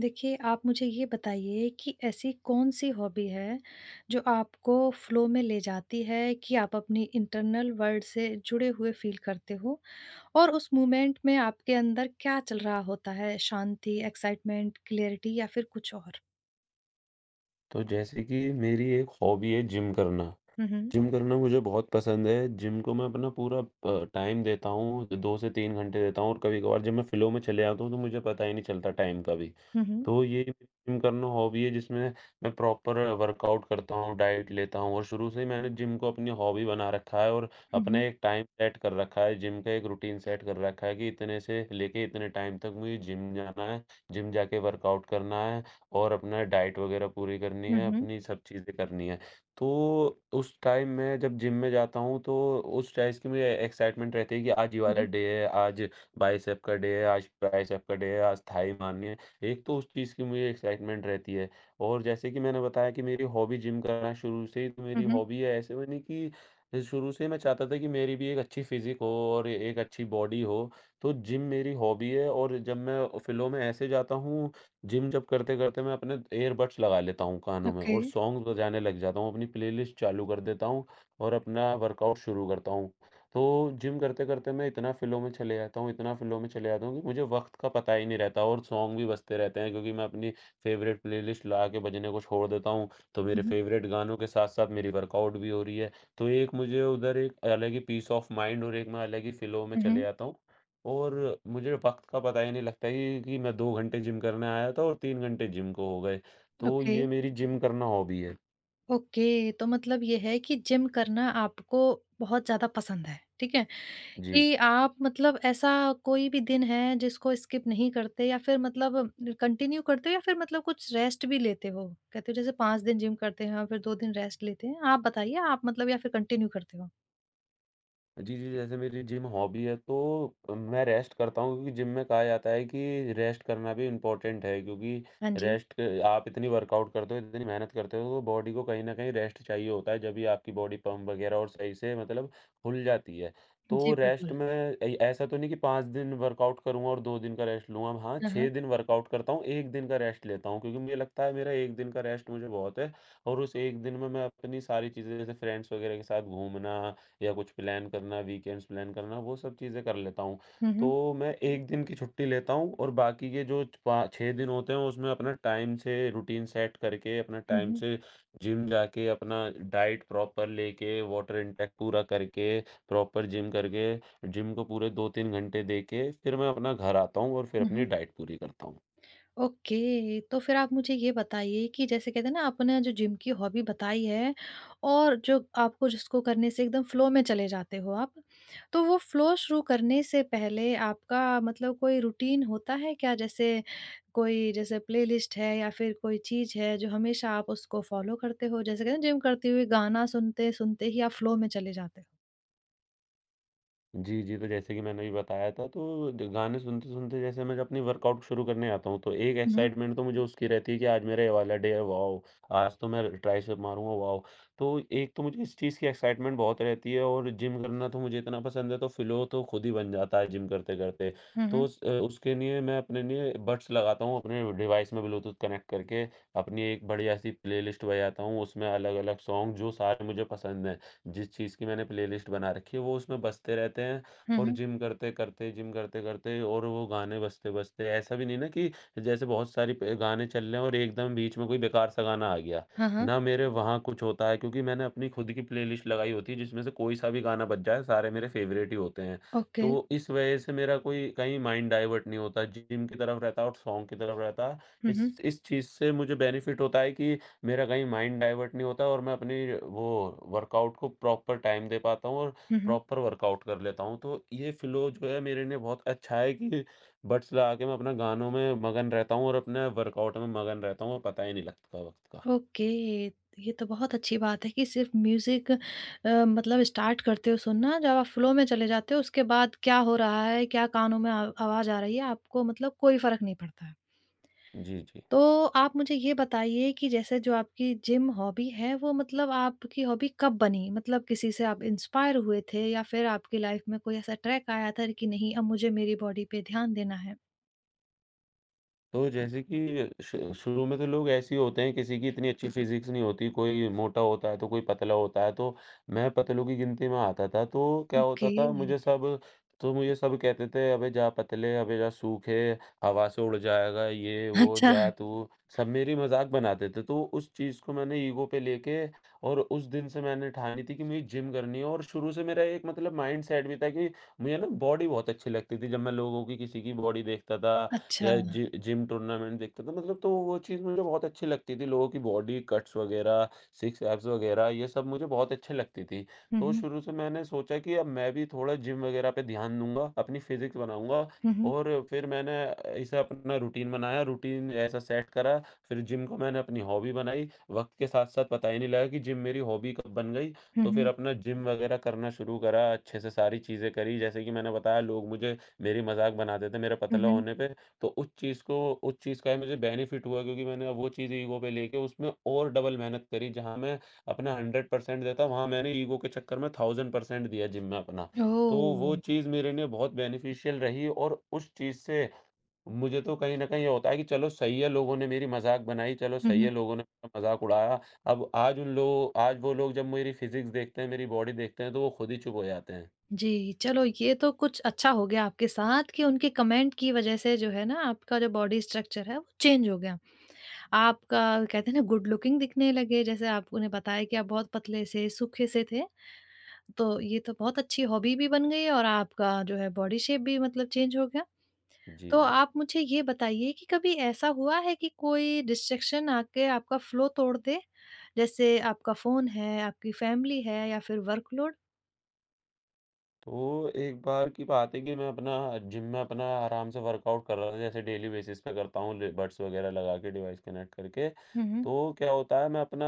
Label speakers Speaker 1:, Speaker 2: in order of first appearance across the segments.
Speaker 1: देखिए, आप मुझे ये बताइए कि ऐसी कौन-सी हॉबी है, जो आपको फ़्लो में ले जाती है कि आप अपनी इंटरनल वर्ल्ड से जुड़े हुए फ़ील करते हो? और उस मोमेंट में आपके अंदर क्या चल रहा होता है? शांति, एक्साइटमेंट, क्लैरिटी या फिर कुछ और?
Speaker 2: तो जैसे कि मेरी एक हॉबी है जिम करना।
Speaker 1: हुँ, हुँ।
Speaker 2: जिम करना मुझे बहुत पसंद है। जिम को मैं अपना पूरा टाइम देता हूँ, 2 से 3 घंटे देता हूँ और कभी-कभार जब मैं फ़्लो में चले जाता हूँ, तो मुझे पता ही नहीं चलता टाइम का भी।
Speaker 1: हुँ, हुँ।
Speaker 2: तो ये मेरी जिम करना हॉबी है, जिसमें मैं प्रॉपर वर्कआउट करता हूँ, डाइट लेता हूँ और शुरू से ही मैंने जिम को अपनी हॉबी बना रखा है और
Speaker 1: हुँ,
Speaker 2: अपना
Speaker 1: हुँ।
Speaker 2: एक टाइम सेट कर रखा है, जिम का एक रूटीन सेट कर रखा है कि इतने से लेके इतने टाइम तक मुझे जिम जाना है, जिम जाके वर्कआउट करना है और अपना डाइट वगैरह पूरी करनी
Speaker 1: हुँ,
Speaker 2: है,
Speaker 1: हुँ।
Speaker 2: अपनी सब चीज़ें करनी है। तो उस टाइम मैं जब जिम में जाता हूँ तो उस चीज़ की मुझे एक्साइटमेंट रहती है कि आज ये
Speaker 1: हुँ,
Speaker 2: वाला
Speaker 1: हुँ।
Speaker 2: डे है, आज बाइसेप का डे है, आज ट्राइसेप का डे है, आज थाई मारनी है। एक तो उस चीज़ की मुझे एक्साइटमेंट रहती है और जैसे कि मैंने बताया कि मेरी हॉबी जिम करना शुरू से ही तो मेरी
Speaker 1: हुँ, हुँ।
Speaker 2: हॉबी है। ऐसे में नहीं कि शुरू से ही मैं चाहता था कि मेरी भी एक अच्छी फ़िज़िक हो और एक अच्छी बॉडी हो, तो जिम मेरी हॉबी है। और जब मैं फ़िलहाल में ऐसे जाता हूँ, जिम जब करते-करते मैं अपने ईयरबड्स लगा लेता हूँ कानों में
Speaker 1: ओके।
Speaker 2: और सॉन्ग्स बजाने लग जाता हूँ, अपनी प्लेलिस्ट चालू कर देता हूँ और अपना वर्कआउट शुरू करता हूँ। तो जिम करते-करते मैं इतना फ़्लो में चले जाता हूँ, इतना फ़्लो में चले जाता हूँ कि मुझे वक़्त का पता ही नहीं रहता और सॉन्ग भी बजते रहते हैं क्योंकि मैं अपनी फ़ेवरेट प्लेलिस्ट लगा के बजने को छोड़ देता हूँ। तो
Speaker 1: हुँ,
Speaker 2: मेरे
Speaker 1: हुँ।
Speaker 2: फ़ेवरेट गानों के साथ-साथ मेरी वर्कआउट भी हो रही है। तो एक मुझे उधर एक अलग ही पीस ऑफ माइंड और एक मैं अलग ही फ़्लो में
Speaker 1: हुँ,
Speaker 2: चले
Speaker 1: हुँ।
Speaker 2: जाता हूँ। और मुझे वक़्त का पता ही नहीं लगता कि मैं 2 घंटे जिम करने आया था और 3 घंटे जिम को हो गए। तो
Speaker 1: ओके।
Speaker 2: ये मेरी जिम करना हॉबी है।
Speaker 1: ओके, तो मतलब ये है कि जिम करना आपको बहुत ज़्यादा पसंद है, ठीक है?
Speaker 2: जी।
Speaker 1: कि आप मतलब ऐसा कोई भी दिन है जिसको स्किप नहीं करते या फिर मतलब कंटिन्यू करते हो या फिर मतलब कुछ रेस्ट भी लेते हो? कहते हो जैसे 5 दिन जिम करते हैं और फिर 2 दिन रेस्ट लेते हैं। आप बताइए आप मतलब या फिर कंटिन्यू करते हो?
Speaker 2: जी, जी, जैसे मेरी जिम हॉबी है तो मैं रेस्ट करता हूँ क्योंकि जिम में कहा जाता है कि रेस्ट करना भी इम्पोर्टेंट है क्योंकि
Speaker 1: हाँ जी।
Speaker 2: रेस्ट आप इतनी वर्कआउट करते हो, इतनी मेहनत करते हो तो बॉडी को कहीं न कहीं रेस्ट चाहिए होता है, जभी आपकी बॉडी पम्प वगैरह और सही से मतलब खुल जाती है। तो
Speaker 1: जी,
Speaker 2: रेस्ट
Speaker 1: बिल्कुल।
Speaker 2: में ऐ ऐसा तो नहीं कि 5 दिन वर्कआउट करूँगा और 2 दिन का रेस्ट लूँगा, हाँ
Speaker 1: हाँ,
Speaker 2: 6
Speaker 1: हाँ।
Speaker 2: दिन वर्कआउट करता हूँ, 1 दिन का रेस्ट लेता हूँ क्योंकि मुझे लगता है मेरा 1 दिन का रेस्ट मुझे बहुत है। और उस 1 दिन में मैं अपनी सारी चीज़ें जैसे फ्रेंड्स वगैरह के साथ घूमना या कुछ प्लान करना, वीकेंड्स प्लान करना, वो सब चीज़ें कर लेता हूँ।
Speaker 1: हुँ,
Speaker 2: तो
Speaker 1: हुँ।
Speaker 2: मैं 1 दिन की छुट्टी लेता हूँ और बाकी के जो पा 6 दिन होते हैं उसमें अपना टाइम से रूटीन सेट करके, अपना
Speaker 1: हुँ,
Speaker 2: टाइम
Speaker 1: हुँ।
Speaker 2: से जिम जाके, अपना डाइट प्रॉपर लेके, वाटर इंटेक पूरा करके, प्रॉपर जिम करके, जिम को पूरे 2-3 घंटे देके, फिर मैं अपना घर आता हूँ और फिर
Speaker 1: हुँ,
Speaker 2: अपनी
Speaker 1: हुँ।
Speaker 2: डाइट पूरी करता हूँ।
Speaker 1: ओके, तो फिर आप मुझे ये बताइए कि जैसे कहते हैं ना आपने जो जिम की हॉबी बताई है और जो आपको जिसको करने से एकदम फ्लो में चले जाते हो आप, तो वो फ्लो शुरू करने से पहले आपका मतलब कोई रूटीन होता है क्या? जैसे कोई जैसे प्लेलिस्ट है या फिर कोई चीज़ है जो हमेशा आप उसको फॉलो करते हो? जैसे कहते हैं जिम करते हुए गाना सुनते-सुनते ही आप फ्लो में चले जाते हो।
Speaker 2: जी, जी। तो जैसे कि मैंने अभी बताया था तो ज गाने सुनते-सुनते जैसे मैं जब अपनी वर्कआउट शुरू करने जाता हूँ तो एक
Speaker 1: हुँ, हुँ।
Speaker 2: एक्साइटमेंट तो मुझे उसकी रहती है कि आज मेरा ये वाला डे है, वॉव! आज तो मैं ट्राइसेप मारूँगा, वॉव! तो एक तो मुझे इस चीज़ की एक्साइटमेंट बहुत रहती है और जिम करना तो मुझे इतना पसंद है तो फ़्लो तो खुद ही बन जाता है जिम करते-करते।
Speaker 1: हुँ,
Speaker 2: तो
Speaker 1: हुँ।
Speaker 2: उस उसके लिए मैं अपने लिए बड्स लगाता हूँ अपने डिवाइस में ब्लूटूथ कनेक्ट करके, अपनी एक बढ़िया-सी प्लेलिस्ट बजाता हूँ उसमें अलग-अलग सॉन्ग जो सारे मुझे पसंद हैं। जिस चीज़ की मैंने प्लेलिस्ट बना रखी है वो उसमें बजते रहते हैं
Speaker 1: हुँ,
Speaker 2: और
Speaker 1: हुँ।
Speaker 2: जिम करते-करते और वो गाने बजते-बजते ऐसा भी नहीं ना कि जैसे बहुत सारी प गाने चल रहे हैं और एकदम बीच में कोई बेकार सा गाना आ गया।
Speaker 1: हाँ, हाँ।
Speaker 2: ना मेरे वहाँ कुछ होता है क्योंकि मैंने अपनी खुद की प्लेलिस्ट लगाई होती है जिसमें से कोई सा भी गाना बज जाए सारे मेरे फ़ेवरेट ही होते हैं।
Speaker 1: ओके।
Speaker 2: तो इस वज़ह से मेरा कोई कहीं माइंड डाइवर्ट नहीं होता, जिम की तरफ रहता है और सॉन्ग की तरफ रहता है।
Speaker 1: हुँ, हुँ।
Speaker 2: इस चीज़ से मुझे बेनिफिट होता है कि मेरा कहीं माइंड डाइवर्ट नहीं होता और मैं अपनी वो वर्कआउट को प्रॉपर टाइम दे पाता हूँ और
Speaker 1: हुँ, हुँ।
Speaker 2: प्रॉपर वर्कआउट कर लेता हूँ। तो ये फ़्लो जो है मेरे लिए बहुत अच्छा है कि बड्स लगा के मैं अपना गानों में मगन रहता हूँ और अपने वर्कआउट में मगन रहता हूँ और पता ही नहीं लगता वक़्त का।
Speaker 1: ओके, ये तो बहुत अच्छी बात है कि सिर्फ़ म्यूज़िक मतलब स्टार्ट करते हो सुनना, जब आप फ़्लो में चले जाते हो उसके बाद क्या हो रहा है, क्या कानों में आ आवाज़ आ रही है, आपको मतलब कोई फ़र्क नहीं पड़ता है।
Speaker 2: जी, जी।
Speaker 1: तो आप मुझे ये बताइए कि जैसे जो आपकी जिम हॉबी है, वो मतलब आपकी हॉबी कब बनी? मतलब किसी से आप इंस्पायर हुए थे या फिर आपकी लाइफ़ में कोई ऐसा ट्रैक आया था कि नहीं अब मुझे मेरी बॉडी पे ध्यान देना है?
Speaker 2: तो जैसे कि शु शुरू में तो लोग ऐसे ही होते हैं, किसी की इतनी अच्छी फिज़िक्स नहीं होती, कोई मोटा होता है, तो कोई पतला होता है, तो मैं पतलों की गिनती में आता था। तो क्या होता
Speaker 1: ओके,
Speaker 2: था मुझे सब तो मुझे सब कहते थे, "अबे जा पतले, अबे जा सूखे, हवा से उड़ जाएगा, ये वो,
Speaker 1: अच्छा,
Speaker 2: जा तू।" सब मेरी मज़ाक बनाते थे। तो उस चीज़ को मैंने ईगो पे लेके और उस दिन से मैंने ठानी थी कि मुझे जिम करनी है और शुरू से मेरा एक मतलब माइंडसेट भी था कि मुझे ना बॉडी बहुत अच्छी लगती थी। जब मैं लोगों की किसी की बॉडी देखता था या
Speaker 1: अच्छा।
Speaker 2: जि जिम टूर्नामेंट देखता था मतलब तो वो चीज़ मुझे बहुत अच्छी लगती थी, लोगों की बॉडी कट्स वगैरह, सिक्स एब्स वगैरह ये सब मुझे बहुत अच्छी लगती थी।
Speaker 1: हुँ,
Speaker 2: तो
Speaker 1: हुँ।
Speaker 2: शुरू से मैंने सोचा कि अब मैं भी थोड़ा जिम वगैरह पे ध्यान दूँगा, अपनी फिज़िक्स बनाऊँगा
Speaker 1: हुँ, हुँ।
Speaker 2: और फिर मैंने ऐसा अपना रूटीन बनाया, रूटीन ऐसा सेट करा, फिर जिम को मैंने अपनी हॉबी बनाई। वक़्त के साथ-साथ पता ही नहीं लगा कि जिम मेरी हॉबी कब बन गई,
Speaker 1: हुँ,
Speaker 2: तो फिर
Speaker 1: हुँ।
Speaker 2: अपना जिम वगैरह करना शुरू करा, अच्छे से सारी चीज़ें करी। जैसे कि मैंने बताया लोग मुझे मेरी मज़ाक बनाते थे मेरे
Speaker 1: हुँ,
Speaker 2: पतला
Speaker 1: हुँ।
Speaker 2: होने पे। तो उस चीज़ का मुझे बेनिफिट हुआ क्योंकि मैंने अब वो चीज़ ईगो पे लेके उसमें और डबल मेहनत करी। जहाँ मैं अपना 100% देता वहाँ मैंने ईगो के चक्कर में 1000% दिया जिम में अपना। तो वो
Speaker 1: ओह!
Speaker 2: चीज़ मेरे लिए बहुत बेनिफिशियल रही और उस चीज़ से मुझे तो कहीं न कहीं ये होता है कि चलो सही है लोगों ने मेरी मज़ाक बनाई, चलो
Speaker 1: हुँ,
Speaker 2: सही है
Speaker 1: हुँ।
Speaker 2: लोगों ने मेरा मज़ाक उड़ाया। अब आज वो लोग जब मेरी फिज़िक्स देखते हैं, मेरी बॉडी देखते हैं तो वो खुद ही चुप हो जाते हैं।
Speaker 1: जी, चलो ये तो कुछ अच्छा हो गया आपके साथ कि उनके कमेंट की वजह से जो है ना आपका जो बॉडी स्ट्रक्चर है वो चेंज हो गया। आपका कहते हैं ना गुड लुकिंग दिखने लगे जैसे आपने बताया कि आप बहुत पतले से, सूखे से थे। तो ये तो बहुत अच्छी हॉबी भी बन गई और आपका जो है बॉडी शेप भी मतलब चेंज हो गया।
Speaker 2: जी,
Speaker 1: तो
Speaker 2: जी।
Speaker 1: आप मुझे ये बताइए कि कभी ऐसा हुआ है कि कोई डिस्ट्रैक्शन आके आपका फ्लो तोड़ दे? जैसे आपका फ़ोन है, आपकी फैमिली है या फिर वर्कलोड?
Speaker 2: तो एक बार की बात है कि मैं अपना जिम में अपना आराम से वर्कआउट कर रहा था, जैसे डेली बेसिस पे करता हूँ, ले बड्स वगैरह लगा के डिवाइस कनेक्ट करके।
Speaker 1: हुँ, हुँ।
Speaker 2: तो क्या होता है मैं अपना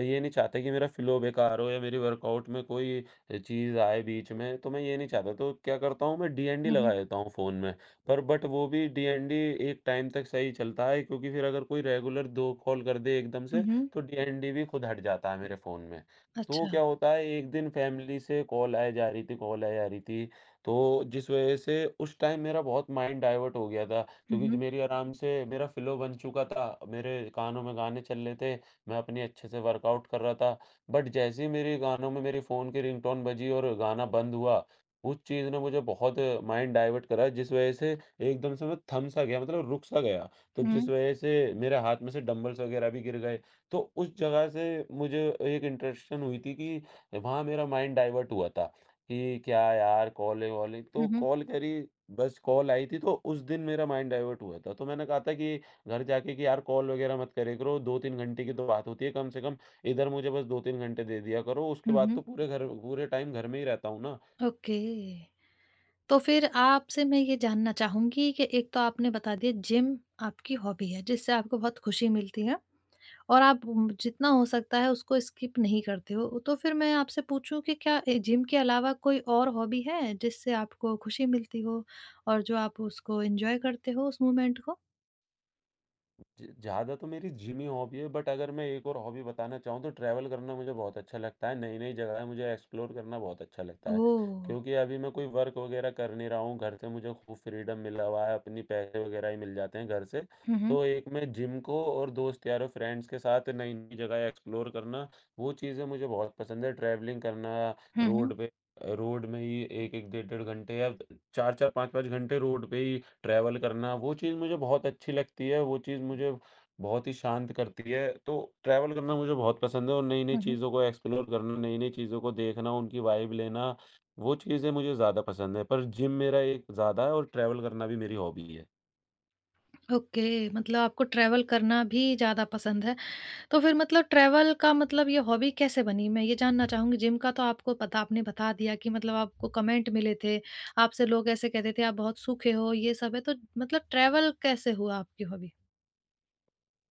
Speaker 2: ये नहीं चाहता कि मेरा फ्लो बेकार हो या मेरी वर्कआउट में कोई चीज़ आए बीच में, तो मैं ये नहीं चाहता। तो क्या करता हूँ मैं डीएनडी
Speaker 1: हुँ, हुँ।
Speaker 2: लगा देता हूँ फ़ोन में, पर बट वो भी डीएनडी एक टाइम तक सही चलता है क्योंकि फिर अगर कोई रेगुलर 2 कॉल कर दे एकदम से,
Speaker 1: हुँ, हुँ।
Speaker 2: तो डीएनडी भी खुद हट जाता है मेरे फ़ोन में। तो
Speaker 1: अच्छा।
Speaker 2: क्या होता है एक दिन फैमिली से कॉल आए जा रही थी। तो जिस वजह से उस टाइम मेरा बहुत माइंड डाइवर्ट हो गया था
Speaker 1: हुँ,
Speaker 2: क्योंकि ज
Speaker 1: हुँ।
Speaker 2: मेरी आराम से मेरा फ़्लो बन चुका था। मेरे कानों में गाने चल रहे थे, मैं अपनी अच्छे से वर्कआउट कर रहा था। बट जैसे ही मेरे गानों में मेरे फ़ोन की रिंगटोन बजी और गाना बंद हुआ, उस चीज़ ने मुझे बहुत माइंड डाइवर्ट करा जिस वजह से एकदम से मैं थम सा गया मतलब रुक सा गया। तो जिस वजह से मेरे हाथ में से डंबल्स वगैरह भी गिर गए। तो उस जगह से मुझे एक इंटरेक्शन हुई थी कि वहाँ मेरा माइंड डाइवर्ट हुआ था कि क्या यार कॉल है वॉल है तो
Speaker 1: हुँ, हुँ।
Speaker 2: कॉल करी, बस कॉल आई थी। तो उस दिन मेरा माइंड डाइवर्ट हुआ था तो मैंने कहा था कि घर जाके कि यार कॉल वगैरह मत करे करो, 2-3 घंटे की तो बात होती है कम से कम, इधर मुझे बस 2-3 घंटे दे दिया करो, उसके
Speaker 1: हुँ,
Speaker 2: बाद तो
Speaker 1: हुँ।
Speaker 2: पूरे घर पूरे टाइम घर में ही रहता हूँ ना।
Speaker 1: ओके। तो फिर आपसे मैं ये जानना चाहूँगी कि एक तो आपने बता दिया जिम आपकी हॉबी है जिससे आपको बहुत खुशी मिलती है और आप जितना हो सकता है उसको स्किप नहीं करते हो। तो फिर मैं आपसे पूछूँ कि क्या जिम के अलावा कोई और हॉबी है जिससे आपको खुशी मिलती हो और जो आप उसको एन्जॉय करते हो उस मोमेंट को?
Speaker 2: ज ज़्यादा तो मेरी जिम ही हॉबी है, बट अगर मैं एक और हॉबी बताना चाहूँ तो ट्रैवल करना मुझे बहुत अच्छा लगता है, नई-नई जगह मुझे एक्सप्लोर करना बहुत अच्छा लगता है।
Speaker 1: ओह!
Speaker 2: क्योंकि अभी मैं कोई वर्क वगैरह कर नहीं रहा हूँ, घर से मुझे खूब फ्रीडम मिला हुआ है, अपनी पैसे वगैरह ही मिल जाते हैं घर से।
Speaker 1: हुँ, हुँ।
Speaker 2: तो एक मैं जिम को और दोस्त यारों फ्रेंड्स के साथ नई-नई जगह एक्सप्लोर करना, वो चीज़ें मुझे बहुत पसंद है। ट्रैवलिंग करना,
Speaker 1: हुँ, हुँ।
Speaker 2: रोड पे रोड में ही 1-1 डेढ़-डेढ़ घंटे या 4-4 5-5 घंटे रोड पे ही ट्रैवल करना, वो चीज़ मुझे बहुत अच्छी लगती है, वो चीज़ मुझे बहुत ही शांत करती है। तो ट्रैवल करना मुझे बहुत पसंद है और नई-नई
Speaker 1: हुँ, हुँ।
Speaker 2: चीज़ों को एक्सप्लोर करना, नई-नई चीज़ों को देखना, उनकी वाइब लेना, वो चीज़ें मुझे ज़्यादा पसंद है। पर जिम मेरा एक ज़्यादा है और ट्रैवल करना भी मेरी हॉबी है।
Speaker 1: ओके, मतलब आपको ट्रैवल करना भी ज़्यादा पसंद है, तो फिर मतलब ट्रैवल का मतलब ये हॉबी कैसे बनी? मैं ये जानना चाहूँगी। जिम का तो आपको पता आपने बता दिया कि मतलब आपको कमेंट मिले थे, आपसे लोग ऐसे कहते थे आप बहुत सूखे हो, ये सब है, तो मतलब ट्रैवल कैसे हुआ आपकी हॉबी?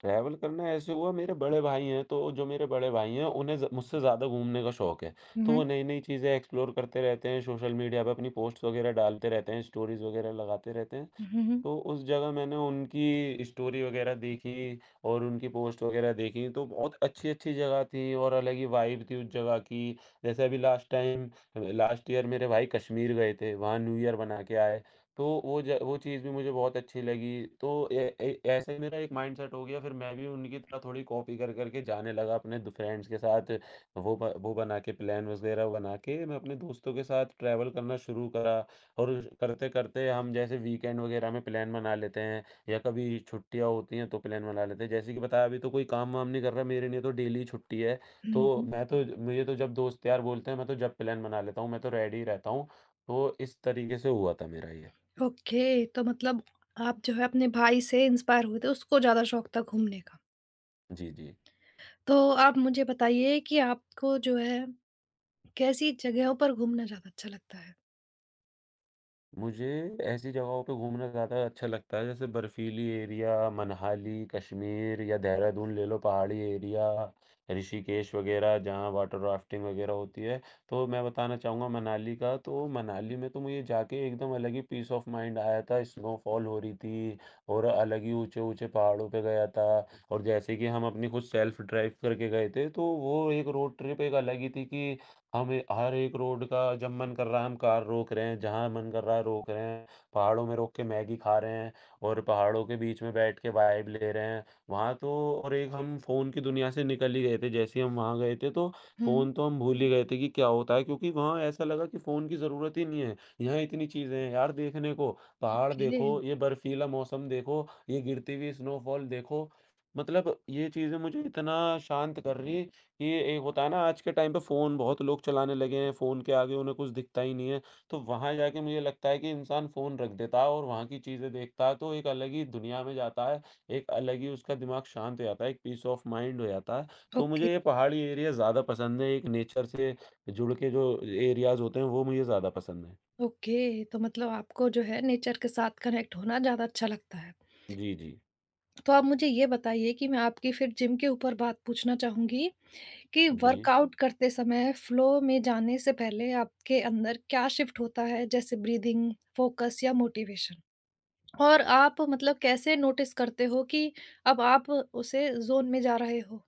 Speaker 2: ट्रैवल करना ऐसे हुआ मेरे बड़े भाई हैं, तो जो मेरे बड़े भाई हैं उन्हें ज़ मुझसे ज़्यादा घूमने का शौक है।
Speaker 1: हुँ,
Speaker 2: तो वो
Speaker 1: हुँ।
Speaker 2: नई-नई चीज़ें एक्सप्लोर करते रहते हैं, सोशल मीडिया पे अपनी पोस्ट्स वगैरह डालते रहते हैं, स्टोरीज़ वगैरह लगाते रहते हैं।
Speaker 1: हुँ, हुँ,
Speaker 2: तो उस जगह मैंने उनकी स्टोरी वगैरह देखी और उनकी पोस्ट वगैरह देखी, तो बहुत अच्छी-अच्छी जगह थी और अलग ही वाइब थी उस जगह की। जैसे अभी लास्ट ईयर मेरे भाई कश्मीर गए थे, वहाँ न्यू ईयर मना के आए, तो वो चीज़ भी मुझे बहुत अच्छी लगी। तो ए ए ऐसे ही मेरा एक माइंडसेट हो गया, फिर मैं भी उनकी तरह थोड़ी कॉपी कर के जाने लगा अपने दो फ्रेंड्स के साथ। वो बना के प्लान वगैरह बना के मैं अपने दोस्तों के साथ ट्रैवल करना शुरू करा। और करते करते हम जैसे वीकेंड वगैरह में प्लान बना लेते हैं या कभी छुट्टियाँ होती हैं तो प्लान बना लेते हैं, जैसे कि बताया अभी तो कोई काम वाम नहीं कर रहा मेरे लिए तो डेली छुट्टी है।
Speaker 1: हुँ,
Speaker 2: तो
Speaker 1: हुँ।
Speaker 2: मैं तो मुझे तो जब दोस्त यार बोलते हैं, मैं तो जब प्लान बना लेता हूँ मैं तो रेडी रहता हूँ। तो इस तरीके से हुआ था मेरा ये।
Speaker 1: ओके, तो मतलब आप जो है अपने भाई से इंस्पायर हुए थे, उसको ज़्यादा शौक था घूमने का।
Speaker 2: जी, जी।
Speaker 1: तो आप मुझे बताइए कि आपको जो है, कैसी जगहों पर घूमना ज़्यादा अच्छा लगता है?
Speaker 2: मुझे ऐसी जगहों पे घूमना ज़्यादा अच्छा लगता है, जैसे बर्फीली एरिया, मनाली, कश्मीर या देहरादून ले लो, पहाड़ी एरिया, ऋषिकेश वगैरह जहाँ वाटर राफ्टिंग वगैरह होती है। तो मैं बताना चाहूँगा मनाली का, तो मनाली में तो मुझे जाके एकदम अलग ही पीस ऑफ माइंड आया था। स्नोफॉल हो रही थी और अलग ही ऊँचे-ऊँचे पहाड़ों पे गया था। और जैसे कि हम अपनी खुद सेल्फ ड्राइव करके गए थे, तो वो एक रोड ट्रिप एक अलग ही थी कि हमें हर एक रोड का जब मन कर रहा है हम कार रोक रहे हैं, जहाँ मन कर रहा है रोक रहे हैं, पहाड़ों में रोक के मैगी खा रहे हैं और पहाड़ों के बीच में बैठ के वाइब ले रहे हैं। वहाँ तो और एक हम फ़ोन की दुनिया से निकल ही गए थे, जैसे ही हम वहाँ गए थे तो
Speaker 1: हुँ,
Speaker 2: फ़ोन तो हम भूल ही गए थे कि क्या होता है, क्योंकि वहाँ ऐसा लगा कि फ़ोन की ज़रूरत ही नहीं है। यहाँ इतनी चीज़ें हैं यार देखने को, पहाड़
Speaker 1: ओके,
Speaker 2: देखो, ये बर्फीला मौसम देखो, ये गिरती हुई स्नोफॉल देखो। मतलब ये चीज़ें मुझे इतना शांत कर रही है कि एक होता है ना, आज के टाइम पे फ़ोन बहुत लोग चलाने लगे हैं, फ़ोन के आगे उन्हें कुछ दिखता ही नहीं है। तो वहाँ जाके मुझे लगता है कि इंसान फ़ोन रख देता है और वहाँ की चीज़ें देखता है तो एक अलग ही दुनिया में जाता है, एक अलग ही उसका दिमाग शांत हो जाता है, एक पीस ऑफ माइंड हो जाता है। तो
Speaker 1: ओके,
Speaker 2: मुझे ये पहाड़ी एरिया ज़्यादा पसंद है, एक नेचर से जुड़ के जो एरियाज़ होते हैं वो मुझे ज़्यादा पसंद हैं।
Speaker 1: ओके। तो मतलब आपको जो है नेचर के साथ कनेक्ट होना ज़्यादा अच्छा लगता है।
Speaker 2: जी, जी।
Speaker 1: तो आप मुझे ये बताइए कि मैं आपकी फिर जिम के ऊपर बात पूछना चाहूँगी कि
Speaker 2: जी।
Speaker 1: वर्कआउट करते समय फ़्लो में जाने से पहले आपके अंदर क्या शिफ्ट होता है जैसे ब्रीथिंग, फ़ोकस या मोटिवेशन? और आप मतलब कैसे नोटिस करते हो कि अब आप उसे ज़ोन में जा रहे हो?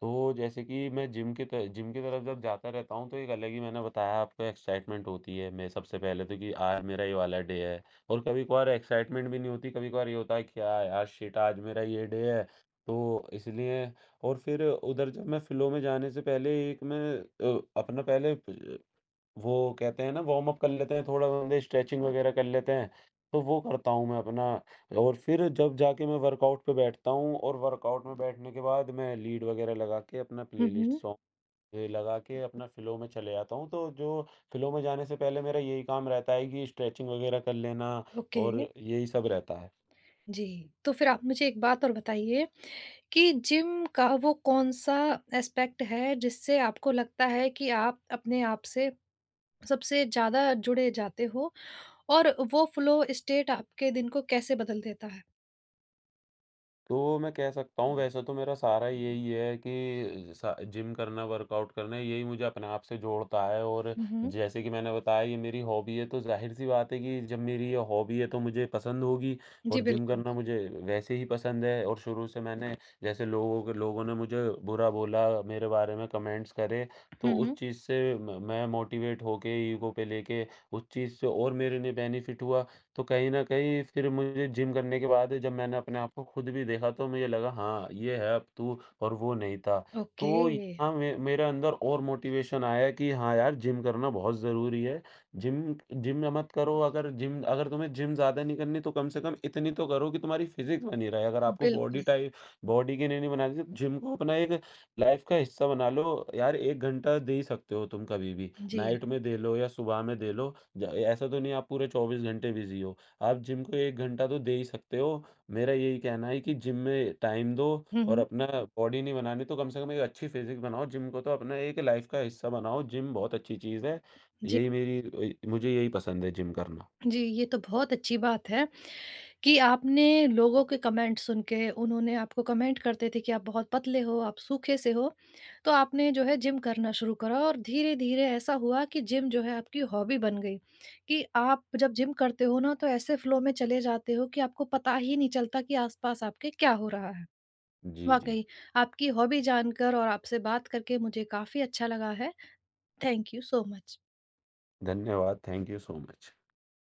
Speaker 2: तो जैसे कि मैं जिम की तरफ जब जाता रहता हूँ, तो एक अलग ही, मैंने बताया आपको, एक्साइटमेंट होती है। मैं सबसे पहले तो कि आज मेरा ये वाला डे है, और कभी-कभार एक्साइटमेंट भी नहीं होती, कभी-कभार ये होता है क्या यार शिट आज मेरा ये डे है, तो इसलिए। और फिर उधर जब मैं फ़्लो में जाने से पहले एक मैं अपना पहले वो कहते हैं ना वार्म अप कर लेते हैं, थोड़ा बंदे स्ट्रेचिंग वगैरह कर लेते हैं, तो वो करता हूँ मैं अपना। और फिर जब जाके मैं वर्कआउट पे बैठता हूँ, और वर्कआउट में बैठने के बाद मैं लीड वगैरह लगा के अपना
Speaker 1: हुँ,
Speaker 2: प्लेलिस्ट
Speaker 1: हुँ।
Speaker 2: सॉन्ग ये लगा के अपना फ़्लो में चले जाता हूँ। तो जो फ़्लो में जाने से पहले मेरा यही काम रहता है कि स्ट्रेचिंग वगैरह कर लेना
Speaker 1: ओके,
Speaker 2: और यही सब रहता है।
Speaker 1: जी। तो फिर आप मुझे एक बात और बताइए कि जिम का वो कौन-सा एस्पेक्ट है जिससे आपको लगता है कि आप अपने आप से सबसे ज़्यादा जुड़े जाते हो और वो फ़्लो स्टेट आपके दिन को कैसे बदल देता है?
Speaker 2: तो मैं कह सकता हूँ वैसे तो मेरा सारा यही है कि सा जिम करना, वर्कआउट करना यही मुझे अपने आप से जोड़ता है। और
Speaker 1: हुँ, हुँ।
Speaker 2: जैसे कि मैंने बताया ये मेरी हॉबी है, तो ज़ाहिर-सी बात है कि जब मेरी ये हॉबी है तो मुझे पसंद होगी।
Speaker 1: जी,
Speaker 2: और जिम
Speaker 1: बिल्कुल।
Speaker 2: करना मुझे वैसे ही पसंद है, और शुरू से मैंने जैसे लोगों ने मुझे बुरा बोला, मेरे बारे में कमेंट्स करे, तो
Speaker 1: हुँ,
Speaker 2: उस
Speaker 1: हुँ।
Speaker 2: चीज़ से म मैं मोटिवेट होके ईगो पे लेके उस चीज़ से और मेरे लिए बेनिफिट हुआ। तो कहीं न कहीं फिर मुझे जिम करने के बाद जब मैंने अपने आप को खुद भी देखा तो मुझे लगा, हाँ, ये है अब तू, और वो नहीं था।
Speaker 1: ओके,
Speaker 2: तो यहाँ मे मेरे अंदर और मोटिवेशन आया कि हाँ यार जिम करना बहुत ज़रूरी है। जिम जिम ना मत करो, अगर जिम अगर तुम्हें जिम ज़्यादा नहीं करनी तो कम से कम इतनी तो करो कि तुम्हारी फिज़िक्स बनी रहे। अगर आपको
Speaker 1: बिल्कुल।
Speaker 2: बॉडी के लिए नहीं बनानी तो जिम को अपना एक लाइफ़ का हिस्सा बना लो। यार 1 घंटा दे ही सकते हो तुम कभी भी,
Speaker 1: जी।
Speaker 2: नाइट में दे लो या सुबह में दे लो। ज ऐसा तो नहीं आप पूरे 24 घंटे बिज़ी हो। आप जिम को 1 घंटा तो दे ही सकते हो। मेरा यही कहना है कि जिम में टाइम दो
Speaker 1: हुँ,
Speaker 2: और
Speaker 1: हुँ।
Speaker 2: अपना बॉडी नहीं बनानी तो कम से कम एक अच्छी फ़िज़िक बनाओ। जिम को तो अपना एक लाइफ़ का हिस्सा बनाओ। जिम बहुत अच्छी चीज़ है।
Speaker 1: जी,
Speaker 2: यही मेरी। मुझे यही पसंद है जिम करना।
Speaker 1: जी, ये तो बहुत अच्छी बात है। कि आपने लोगों के कमेंट सुन के उन्होंने आपको कमेंट करते थे कि आप बहुत पतले हो, आप सूखे से हो, तो आपने जो है जिम करना शुरू करा और धीरे-धीरे ऐसा हुआ कि जिम जो है आपकी हॉबी बन गई, कि आप जब जिम करते हो ना तो ऐसे फ्लो में चले जाते हो कि आपको पता ही नहीं चलता कि आस-पास आपके क्या हो रहा है।
Speaker 2: जी, जी।
Speaker 1: वाक़ई आपकी हॉबी जानकर और आपसे बात करके मुझे काफ़ी अच्छा लगा है। Thank you so much.
Speaker 2: धन्यवाद। Thank you so much.